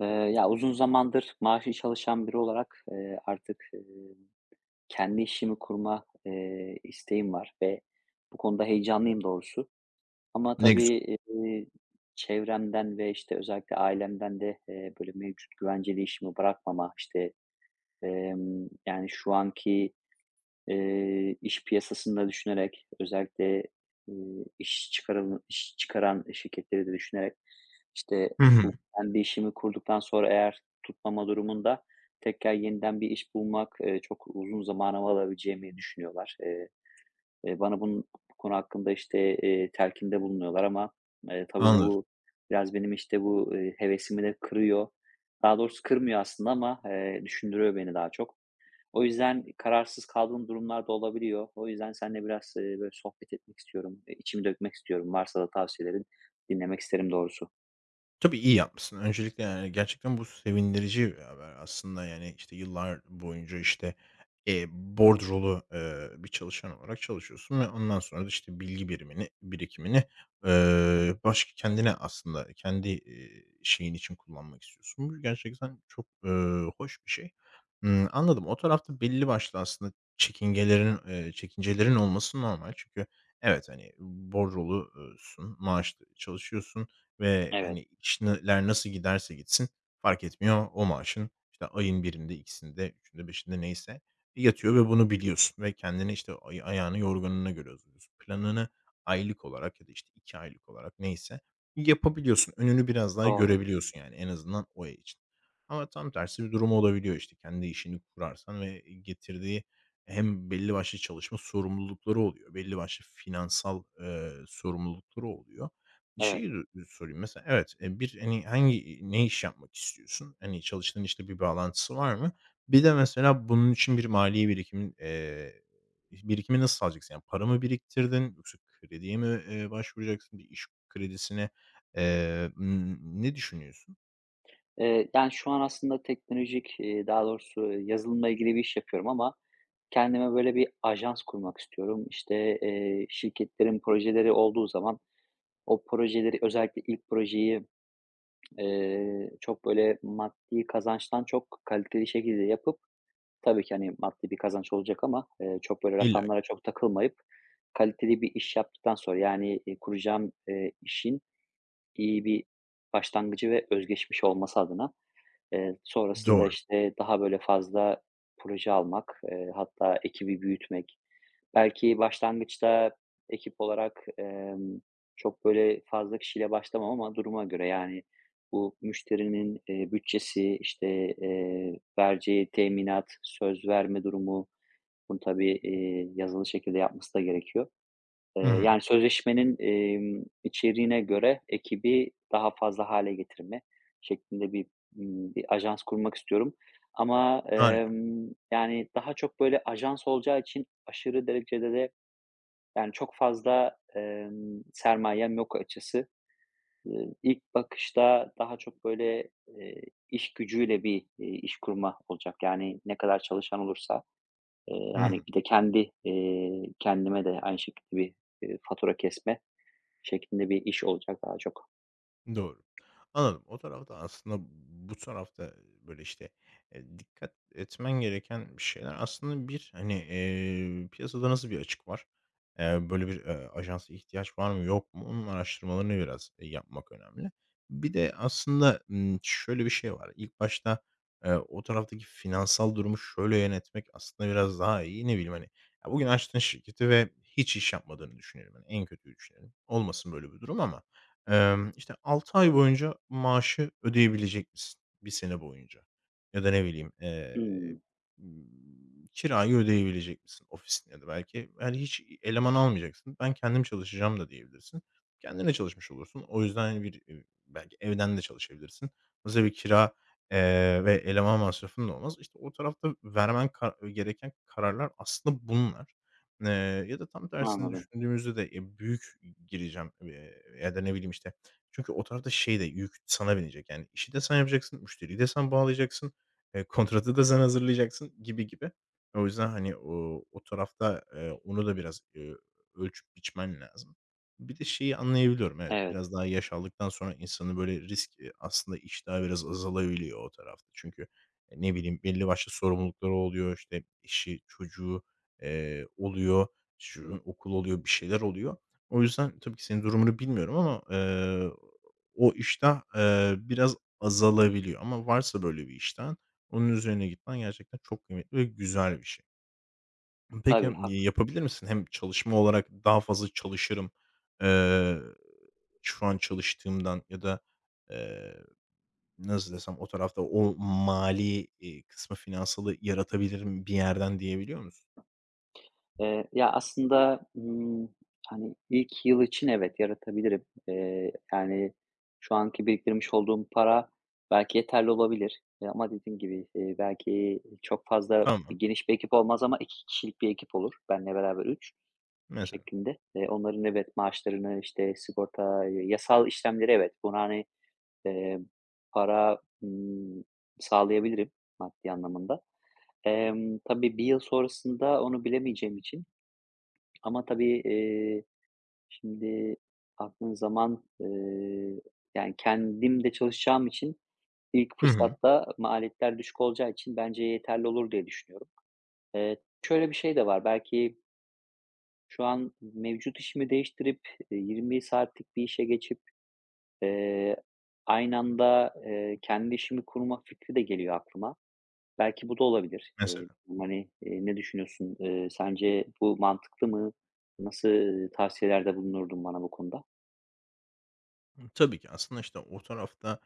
Eee, ya, uzun zamandır maaşlı çalışan biri olarak, artık, kendi işimi kurma, isteğim var ve bu konuda heyecanlıyım doğrusu. Ama Ne güzel. tabii, çevremden ve, işte, özellikle ailemden de, böyle, mevcut güvenceli işimi bırakmama, işte, yani, şu anki iş piyasasını da düşünerek özellikle, iş çıkaran şirketleri de düşünerek, işte, Hı hı. bu kendi işimi kurduktan sonra eğer tutmama durumunda tekrar yeniden bir iş bulmak, çok uzun zamanımı alabileceğimi düşünüyorlar. Bana bu konu hakkında, işte, telkinde bulunuyorlar ama, tabii Anladım. bu biraz benim, işte, bu, hevesimi de kırıyor. Daha doğrusu kırmıyor aslında ama, düşündürüyor beni daha çok. O yüzden kararsız kaldığım durumlar da olabiliyor. O yüzden seninle biraz, böyle sohbet etmek istiyorum. İçimi dökmek istiyorum. Varsa da tavsiyelerin dinlemek isterim doğrusu. Tabii, iyi yapmışsın. Öncelikle, yani, gerçekten bu sevindirici bir haber aslında. Yani, işte, yıllar boyunca, işte, bordrolu, bir çalışan olarak çalışıyorsun ve ondan sonra da, işte, bilgi birikimini, başka kendine aslında kendi, şeyin için kullanmak istiyorsun. Bu gerçekten çok, hoş bir şey. Anladım. O tarafta belli başlı aslında çekincelerin olması normal. Çünkü evet, hani, bordrolusun, maaşlı çalışıyorsun. Ve, Evet, hani, işler nasıl giderse gitsin fark etmiyor. O maaşın, işte, ayın birinde ikisinde üçünde beşinde neyse yatıyor ve bunu biliyorsun ve kendini, işte, ayağını yorganına göre hazırlıyorsun. Planını aylık olarak ya da, işte, 2 aylık olarak neyse yapabiliyorsun. Önünü biraz daha doğru. görebiliyorsun, yani, en azından o ay için. Ama tam tersi bir durum olabiliyor, işte, kendi işini kurarsan ve getirdiği hem belli başlı çalışma sorumlulukları oluyor, belli başlı finansal, sorumlulukları oluyor. Evet. Şeyi sorayım mesela evet, bir, hani, ne iş yapmak istiyorsun? Hani, çalıştığın işte bir bağlantısı var mı? Bir de mesela bunun için bir mali birikimin, birikimi nasıl sağlayacaksın? Yani para mı biriktirdin yoksa krediye mi, başvuracaksın, bir iş kredisine? Ne düşünüyorsun? Yani, şu an aslında teknolojik, daha doğrusu yazılımla ilgili bir iş yapıyorum ama kendime böyle bir ajans kurmak istiyorum. İşte, şirketlerin projeleri olduğu zaman o projeleri özellikle ilk projeyi, çok böyle maddi kazançtan çok kaliteli şekilde yapıp tabii ki, hani, maddi bir kazanç olacak ama, çok böyle İlla ki. rakamlara çok takılmayıp kaliteli bir iş yaptıktan sonra, yani, kuracağım, işin iyi bir başlangıcı ve özgeçmiş olması adına, sonrasında, Doğru. işte, daha böyle fazla proje almak, hatta ekibi büyütmek. Belki başlangıçta ekip olarak, çok böyle fazla kişiyle başlamam ama duruma göre, yani, bu müşterinin, bütçesi, işte, vereceği teminat, söz verme durumu, bunu tabii, yazılı şekilde yapması da gerekiyor. Eee, Hı hı. yani, sözleşmenin, içeriğine göre ekibi daha fazla hale getirme şeklinde bir ajans kurmak istiyorum. Ama, Harika. Yani, daha çok böyle ajans olacağı için aşırı derecede de yani, çok fazla, sermayem yok açıkçası. İlk bakışta daha çok, böyle, iş gücüyle bir, iş kurma olacak. Yani, ne kadar çalışan olursa, Hı hani, hı. bir de kendi, kendime de aynı şekilde bir, fatura kesme şeklinde bir iş olacak daha çok. Doğru. Anladım. O tarafta aslında bu tarafta, böyle, işte, dikkat etmen gereken şeyler aslında bir, hani, piyasada nasıl bir açık var? Böyle bir, ajansa ihtiyaç var mı yok mu? Onun araştırmalarını biraz, yapmak önemli. Bir de aslında, şöyle bir şey var. İlk başta, o taraftaki finansal durumu şöyle yönetmek aslında biraz daha iyi. Ne bileyim, hani, ya, bugün açtığın şirketi ve hiç iş yapmadığını düşünelim. Hani, en kötüyü düşünelim. Olmasın böyle bir durum ama işte, 6 ay boyunca maaşı ödeyebilecek misin? Bir sene boyunca ya da ne bileyim, Hımm, kirayı ödeyebilecek misin ofisin ya da belki, hani, hiç eleman almayacaksın. Ben kendim çalışacağım da diyebilirsin. Kendine çalışmış olursun. O yüzden, hani, bir, belki evden de çalışabilirsin. Dolayısıyla bir kira, ve eleman masrafın da olmaz. İşte, o tarafta vermen gereken kararlar aslında bunlar. Ya da tam tersini anladım. düşündüğümüzde de, büyük gireceğim, ya da ne bileyim, işte, çünkü o tarafta şey de yük sana binecek. Yani işi de sen yapacaksın, müşteriyi de sen bağlayacaksın, kontratı da sen hazırlayacaksın gibi gibi. O yüzden, hani, o tarafta, onu da biraz, ölçüp biçmen lazım. Bir de şeyi anlayabiliyorum, evet, Evet, biraz daha yaş aldıktan sonra insanın böyle risk, aslında iştahı biraz azalabiliyor o tarafta. Çünkü, ne bileyim, belli başlı sorumlulukları oluyor, işte, işi çocuğu oluyor, şu okul oluyor, bir şeyler oluyor. O yüzden tabii ki senin durumunu bilmiyorum ama, o iştah, biraz azalabiliyor ama varsa böyle bir işten onun üzerine gitmen gerçekten çok kıymetli ve güzel bir şey. Peki, tabii, hak. yapabilir misin? Hem çalışma olarak daha fazla çalışırım, eee, şu an çalıştığımdan ya da, eee, nasıl desem o tarafta o mali, kısmı finansalı yaratabilirim bir yerden diyebiliyor musun? Ya, aslında, hani, ilk yıl için evet, yaratabilirim. Yani, şu anki biriktirmiş olduğum para belki yeterli olabilir, ama dediğim gibi, belki çok fazla Tamam, geniş bir ekip olmaz ama 2 kişilik bir ekip olur, benle beraber 3 mesela. şeklinde. Onların evet, maaşlarını, işte, sigorta, yasal işlemleri, evet, buna, hani, eee, para, sağlayabilirim maddi anlamında. Tabii bir yıl sonrasında onu bilemeyeceğim için, ama tabii, şimdi baktığın zaman, yani kendim de çalışacağım için ilk Hı hı. fırsatta maliyetler düşük olacağı için bence yeterli olur diye düşünüyorum. Eee, şöyle bir şey de var, belki şu an mevcut işimi değiştirip, 20 saatlik bir işe geçip, eee, aynı anda, kendi işimi kurma fikri de geliyor aklıma. Belki bu da olabilir. Eee, Mesela. hani, ne düşünüyorsun? Sence bu mantıklı mı? Nasıl, tavsiyelerde bulunurdun bana bu konuda? Tabii ki aslında, işte, o tarafta,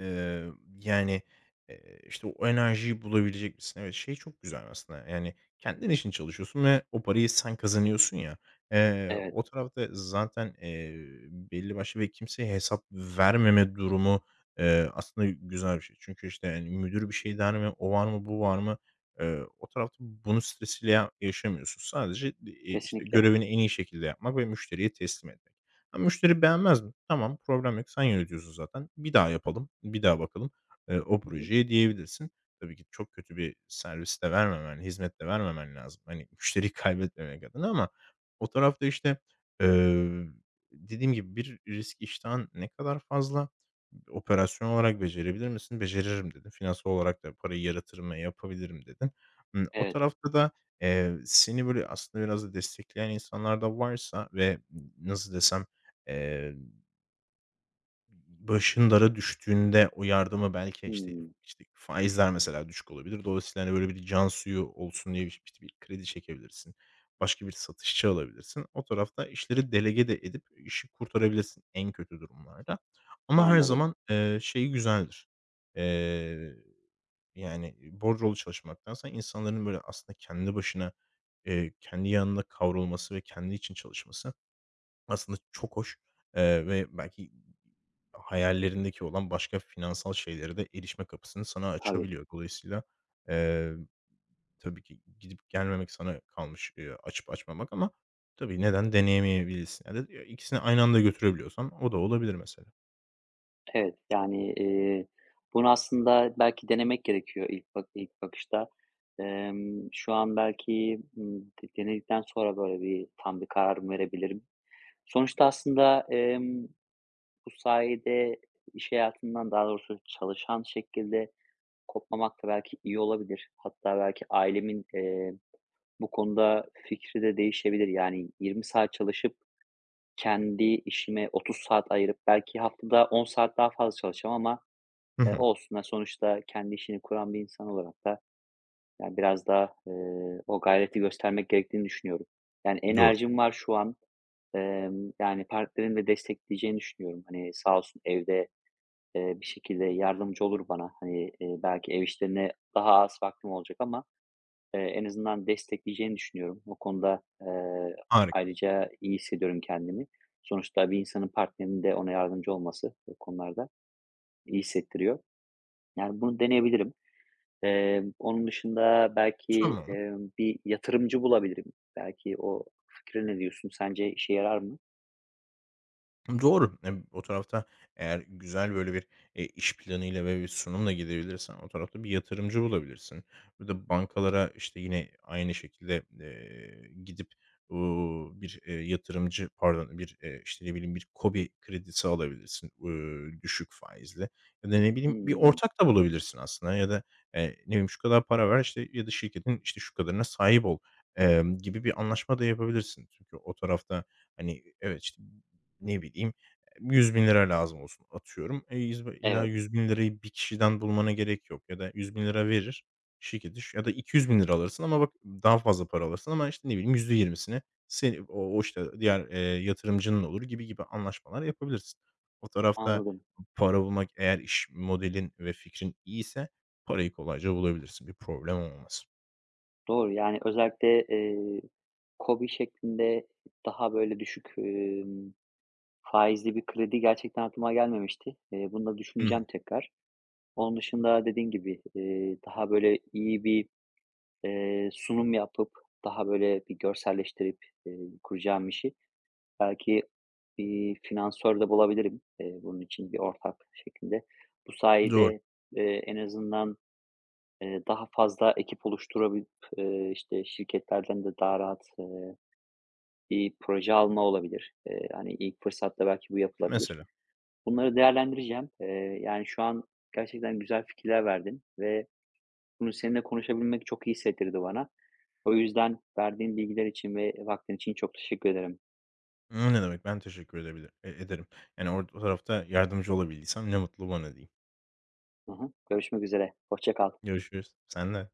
eee, yani, işte, o enerjiyi bulabilecek misin? Evet, şey çok güzel aslında, yani, kendin için çalışıyorsun ve o parayı sen kazanıyorsun ya. Eee, Evet, o tarafta zaten, belli başlı ve kimseye hesap vermeme durumu, aslında güzel bir şey. Çünkü, işte, yani müdür bir şey der mi, o var mı, bu var mı? O tarafta bunun stresiyle ya yaşamıyorsun. Sadece, işte, kesinlikle. görevini en iyi şekilde yapmak ve müşteriye teslim etmek. Ha, müşteri beğenmez mi? Tamam, problem yok. Sen yönetiyorsun zaten. Bir daha yapalım, bir daha bakalım, o Hı hı. projeye diyebilirsin. Tabii ki çok kötü bir servis de vermemen, hizmet de vermemen lazım. Hani, müşteriyi kaybetmemek adına ama o tarafta, işte, eee, dediğim gibi bir risk iştahın ne kadar fazla? Operasyon olarak becerebilir misin? Beceririm dedin. Finansal olarak da parayı yaratırım ve yapabilirim dedin. O Evet. tarafta da, seni böyle aslında biraz da destekleyen insanlar da varsa ve nasıl desem. Eee, başın dara düştüğünde o yardımı belki, işte, Hımm, işte, faizler mesela düşük olabilir. Dolayısıyla, hani, böyle bir can suyu olsun diye bir, işte, bir kredi çekebilirsin. Başka bir satışçı alabilirsin. O tarafta işleri delege de edip işi kurtarabilirsin en kötü durumlarda. Ama her anladım. zaman, şey güzeldir. Eee, yani, borcolu çalışmaktansa insanların böyle aslında kendi başına, kendi yanında kavrulması ve kendi için çalışması aslında çok hoş, ve belki hayallerindeki olan başka finansal şeylere de erişme kapısını sana Tabii. açabiliyor. Dolayısıyla, eee, tabii ki gidip gelmemek sana kalmış, açıp açmamak ama tabii neden deneyemeyebilirsin ya da ikisini aynı anda götürebiliyorsan o da olabilir mesela. Evet, yani, bunu aslında belki denemek gerekiyor ilk bakışta. Şu an belki, denedikten sonra böyle bir tam bir karar verebilirim? Sonuçta aslında, bu sayede iş hayatından, daha doğrusu çalışan şekilde kopmamak da belki iyi olabilir. Hatta belki ailemin, bu konuda fikri de değişebilir. Yani 20 saat çalışıp kendi işime 30 saat ayırıp belki haftada 10 saat daha fazla çalışacağım ama, Hı hı. olsun. Ya, sonuçta kendi işini kuran bir insan olarak da, yani, biraz daha, o gayreti göstermek gerektiğini düşünüyorum. Yani, Doğru. enerjim var şu an. Yani, partnerimin de destekleyeceğini düşünüyorum. Hani, sağ olsun evde bir şekilde yardımcı olur bana. Hani, belki ev işlerine daha az vaktim olacak ama, en azından destekleyeceğini düşünüyorum. O konuda, Harika. ayrıca iyi hissediyorum kendimi. Sonuçta bir insanın partnerinin de ona yardımcı olması bu konularda iyi hissettiriyor. Yani bunu deneyebilirim. Onun dışında belki, Tamam. Bir yatırımcı bulabilirim. Belki o fikre ne diyorsun? Sence işe yarar mı? Doğru. O tarafta eğer güzel böyle bir, iş planıyla ve bir sunumla gidebilirsen o tarafta bir yatırımcı bulabilirsin. Ya da bankalara, işte, yine aynı şekilde, gidip, bir, yatırımcı pardon, bir, işte, ne bileyim, bir KOBİ kredisi alabilirsin, düşük faizli ya da ne bileyim bir Hımm. ortak da bulabilirsin aslında ya da, ne bileyim, şu kadar para ver, işte, ya da şirketin, işte, şu kadarına sahip ol, gibi bir anlaşma da yapabilirsin. Çünkü o tarafta, hani, evet, işte ne bileyim, 100.000 lira lazım olsun atıyorum. E, illa Evet, 100.000 lirayı bir kişiden bulmana gerek yok ya da 100.000 lira verir şirket iş ya da 200.000 lira alırsın ama bak daha fazla para alırsın ama, işte, ne bileyim %20'sini seni o, işte, diğer, yatırımcının olur gibi gibi anlaşmalar yapabilirsin. O tarafta anladım. para bulmak eğer iş modelin ve fikrin iyiyse parayı kolayca bulabilirsin. Bir problem olmaz. Doğru, yani, özellikle, KOBİ şeklinde daha böyle düşük, faizli bir kredi gerçekten aklıma gelmemişti. Bunu da Hı düşüneceğim hı. tekrar. Onun dışında dediğin gibi, daha böyle iyi bir, sunum yapıp, daha böyle bir görselleştirip, kuracağım işi belki bir finansör de bulabilirim, bunun için bir ortak şekilde. Bu Doğru. sayede, en azından daha fazla ekip oluşturabilip, işte, şirketlerden de daha rahat, bir proje alma olabilir. Hani, ilk fırsatta belki bu yapılabilir. Mesela. Bunları değerlendireceğim. Yani, şu an gerçekten güzel fikirler verdin ve bunu seninle konuşabilmek çok iyi hissettirdi bana. O yüzden verdiğin bilgiler için ve vaktin için çok teşekkür ederim. Ne demek, ben teşekkür edebilir e ederim. Yani, o tarafta yardımcı olabildiysem ne mutlu bana diyeyim. Hı hı. Görüşmek üzere. Hoşça kal. Görüşürüz. Sen de.